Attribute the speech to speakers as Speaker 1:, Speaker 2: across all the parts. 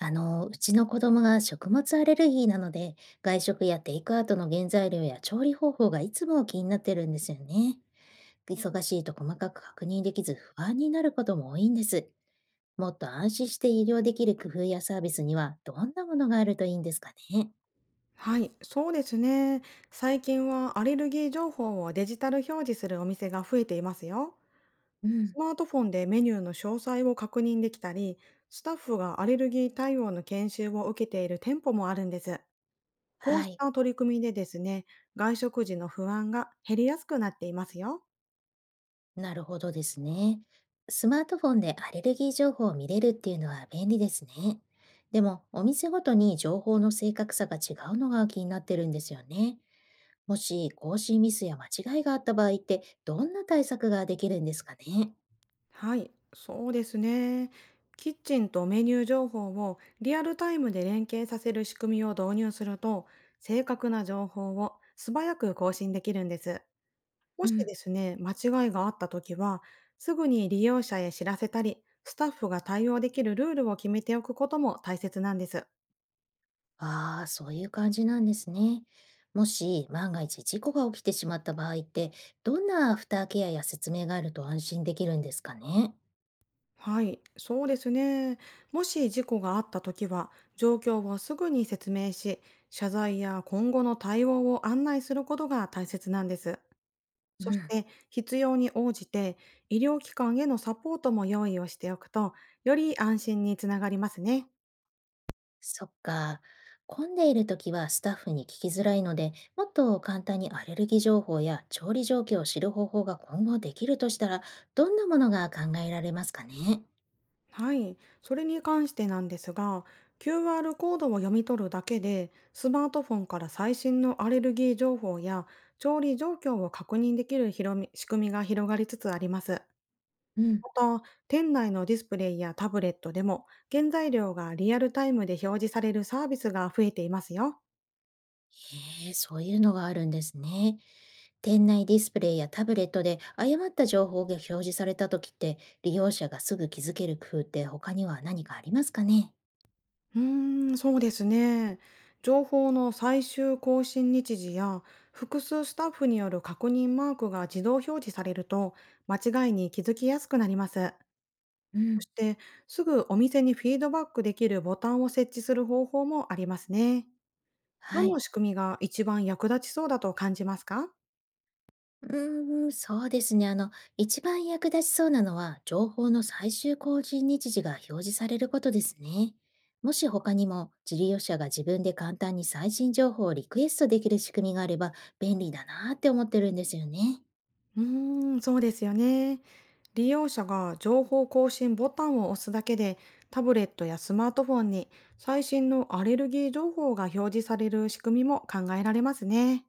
Speaker 1: うちの子供が食物アレルギーなので、外食やテイクアウトの原材料や調理方法がいつも気になってるんですよね。忙しいと細かく確認できず不安になることも多いんです。もっと安心して医療できる工夫やサービスにはどんなものがあるといいんですかね。
Speaker 2: はい、そうですね。最近はアレルギー情報をデジタル表示するお店が増えていますよ。
Speaker 1: うん。
Speaker 2: スマートフォンでメニューの詳細を確認できたり、スタッフがアレルギー対応の研修を受けている店舗もあるんです。こう
Speaker 1: は
Speaker 2: し
Speaker 1: い。
Speaker 2: た取り組みでですね、外食時の不安が減りやすくなっていますよ。
Speaker 1: なるほどですね。スマートフォンでアレルギー情報を見れるっていうのは便利ですね。でも、お店ごとに情報の正確さが違うのが気になってるんですよね。もし更新ミスや間違いがあった場合って、どんな対策ができるんですかね。
Speaker 2: はい、そうですね。キッチンとメニュー情報をリアルタイムで連携させる仕組みを導入すると、正確な情報を素早く更新できるんです。も
Speaker 1: う
Speaker 2: し
Speaker 1: ん。
Speaker 2: ですね、間違いがあったときは、すぐに利用者へ知らせたり、スタッフが対応できるルールを決めておくことも大切なんです。
Speaker 1: ああ、そういう感じなんですね。もし万が一事故が起きてしまった場合って、どんなアフターケアや説明があると安心できるんですかね。
Speaker 2: はい、そうですね。もし事故があったときは、状況をすぐに説明し、謝罪や今後の対応を案内することが大切なんです。そ
Speaker 1: う
Speaker 2: し
Speaker 1: ん。
Speaker 2: て必要に応じて医療機関へのサポートも用意をしておくと、より安心につながりますね。
Speaker 1: そっか。混んでいる時はスタッフに聞きづらいので、もっと簡単にアレルギー情報や調理状況を知る方法が今後できるとしたら、どんなものが考えられますかね。
Speaker 2: はい。それに関してなんですが、QR コードを読み取るだけで、スマートフォンから最新のアレルギー情報や調理状況を確認できる広み仕組みが広がりつつあります。
Speaker 1: うん。
Speaker 2: また、店内のディスプレイやタブレットでも、原材料がリアルタイムで表示されるサービスが増えていますよ。
Speaker 1: へえ、そういうのがあるんですね。店内ディスプレイやタブレットで誤った情報が表示された時って、利用者がすぐ気づける工夫って他には何かありますかね。
Speaker 2: そうですね。情報の最終更新日時や複数スタッフによる確認マークが自動表示されると間違いに気づきやすくなります。
Speaker 1: う
Speaker 2: そし
Speaker 1: ん、
Speaker 2: て、すぐお店にフィードバックできるボタンを設置する方法もありますね。ど
Speaker 1: は
Speaker 2: の
Speaker 1: い。
Speaker 2: 仕組みが一番役立ちそうだと感じますか？
Speaker 1: うーん、そうですね。一番役立ちそうなのは、情報の最終更新日時が表示されることですね。もし他にも、事業者が自分で簡単に最新情報をリクエストできる仕組みがあれば便利だなーって思ってるんですよね。
Speaker 2: そうですよね。利用者が情報更新ボタンを押すだけで、タブレットやスマートフォンに最新のアレルギー情報が表示される仕組みも考えられますね。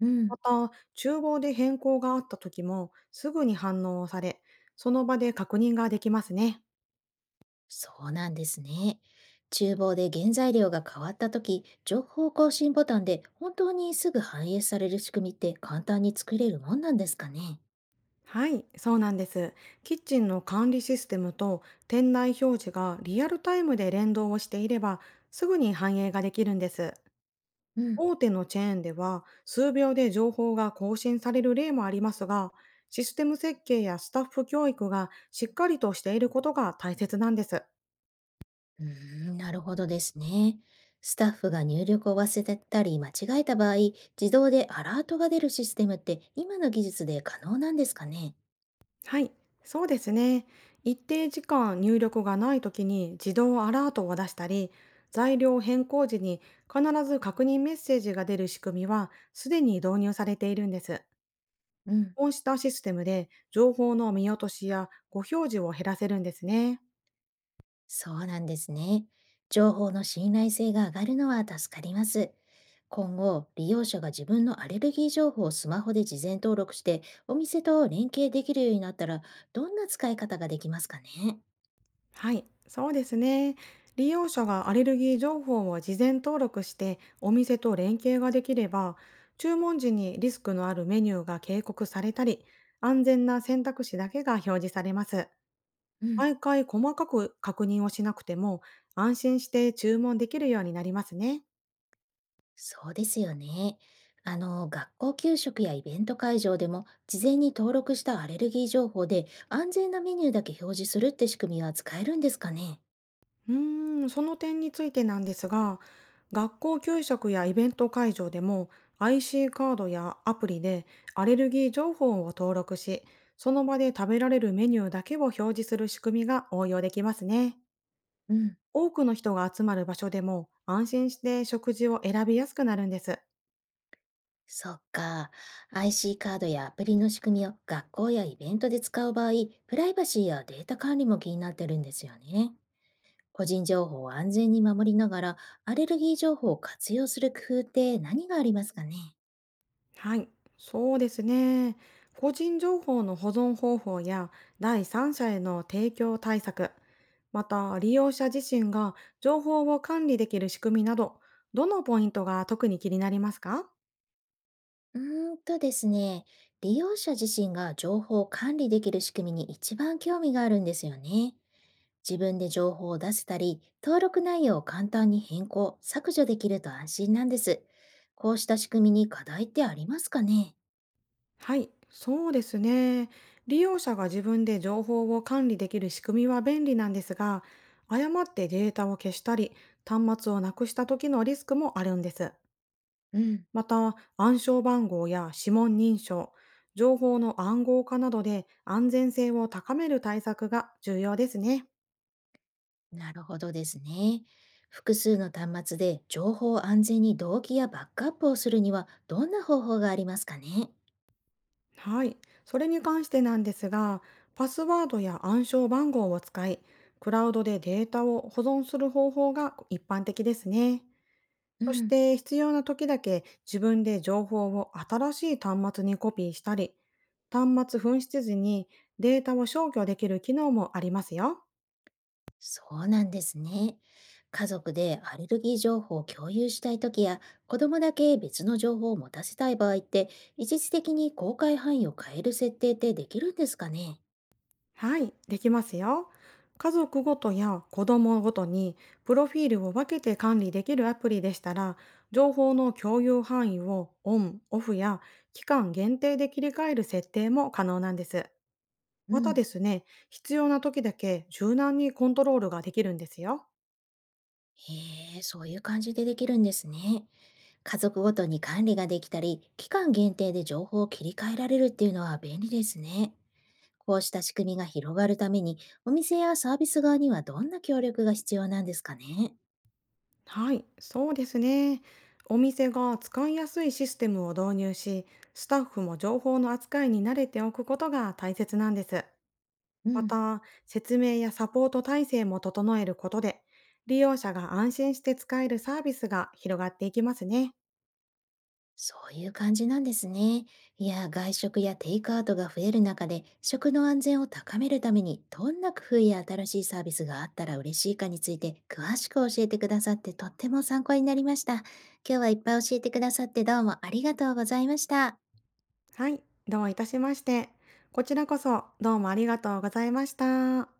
Speaker 1: うん。
Speaker 2: また、厨房で変更があった時もすぐに反応され、その場で確認ができますね。
Speaker 1: そうなんですね。厨房で原材料が変わったとき、情報更新ボタンで本当にすぐ反映される仕組みって簡単に作れるもんなんですかね。
Speaker 2: はい、そうなんです。キッチンの管理システムと店内表示がリアルタイムで連動をしていれば、すぐに反映ができるんです。
Speaker 1: うん。
Speaker 2: 大手のチェーンでは、数秒で情報が更新される例もありますが、システム設計やスタッフ教育がしっかりとしていることが大切なんです。
Speaker 1: うーん、なるほどですね。スタッフが入力を忘れたり間違えた場合、自動でアラートが出るシステムって今の技術で可能なんですかね。
Speaker 2: はい、そうですね。一定時間入力がないときに自動アラートを出したり、材料変更時に必ず確認メッセージが出る仕組みはすでに導入されているんです。
Speaker 1: うん。
Speaker 2: こうしたシステムで情報の見落としやご表示を減らせるんですね。
Speaker 1: そうなんですね。情報の信頼性が上がるのは助かります。今後、利用者が自分のアレルギー情報をスマホで事前登録して、お店と連携できるようになったら、どんな使い方ができますかね。
Speaker 2: はい、そうですね。利用者がアレルギー情報を事前登録してお店と連携ができれば、注文時にリスクのあるメニューが警告されたり、安全な選択肢だけが表示されます。
Speaker 1: うん、
Speaker 2: 毎回細かく確認をしなくても、安心して注文できるようになりますね。
Speaker 1: そうですよね。学校給食やイベント会場でも、事前に登録したアレルギー情報で、安全なメニューだけ表示するって仕組みは使えるんですかね。
Speaker 2: その点についてなんですが、学校給食やイベント会場でも IC カードやアプリでアレルギー情報を登録し、その場で食べられるメニューだけを表示する仕組みが応用できますね。
Speaker 1: うん。
Speaker 2: 多くの人が集まる場所でも安心して食事を選びやすくなるんです。
Speaker 1: そっか。IC カードやアプリの仕組みを学校やイベントで使う場合、プライバシーやデータ管理も気になってるんですよね。個人情報を安全に守りながら、アレルギー情報を活用する工夫って何がありますかね。
Speaker 2: はい、そうですね。個人情報の保存方法や第三者への提供対策、また利用者自身が情報を管理できる仕組みなど、どのポイントが特に気になりますか？
Speaker 1: うーんとですね、利用者自身が情報を管理できる仕組みに一番興味があるんですよね。自分で情報を出せたり、登録内容を簡単に変更、削除できると安心なんです。こうした仕組みに課題ってありますかね。
Speaker 2: はい、そうですね。利用者が自分で情報を管理できる仕組みは便利なんですが、誤ってデータを消したり、端末をなくした時のリスクもあるんです。
Speaker 1: うん、
Speaker 2: また、暗証番号や指紋認証、情報の暗号化などで安全性を高める対策が重要ですね。
Speaker 1: なるほどですね。複数の端末で情報を安全に同期やバックアップをするにはどんな方法がありますかね。
Speaker 2: はい。それに関してなんですが、パスワードや暗証番号を使い、クラウドでデータを保存する方法が一般的ですね。
Speaker 1: う
Speaker 2: そし
Speaker 1: ん、
Speaker 2: て必要な時だけ自分で情報を新しい端末にコピーしたり、端末紛失時にデータを消去できる機能もありますよ。
Speaker 1: そうなんですね。家族でアレルギー情報を共有したいときや、子供だけ別の情報を持たせたい場合って、一時的に公開範囲を変える設定ってできるんですかね。
Speaker 2: はい、できますよ。家族ごとや子供ごとにプロフィールを分けて管理できるアプリでしたら、情報の共有範囲をオン、オフや期間限定で切り替える設定も可能なんです。
Speaker 1: う
Speaker 2: また
Speaker 1: ん。
Speaker 2: ですね、必要な時だけ柔軟にコントロールができるんですよ。
Speaker 1: へえ、そういう感じでできるんですね。家族ごとに管理ができたり、期間限定で情報を切り替えられるっていうのは便利ですね。こうした仕組みが広がるために、お店やサービス側にはどんな協力が必要なんですかね。
Speaker 2: はい、そうですね。お店が使いやすいシステムを導入し、スタッフも情報の扱いに慣れておくことが大切なんです。
Speaker 1: う
Speaker 2: ま
Speaker 1: ん。
Speaker 2: た、説明やサポート体制も整えることで、利用者が安心して使えるサービスが広がっていきますね。
Speaker 1: そういう感じなんですね。いや、外食やテイクアウトが増える中で、食の安全を高めるために、どんな工夫や新しいサービスがあったら嬉しいかについて、詳しく教えてくださって、とっても参考になりました。今日はいっぱい教えてくださって、どうもありがとうございました。
Speaker 2: はい、どういたしまして。こちらこそどうもありがとうございました。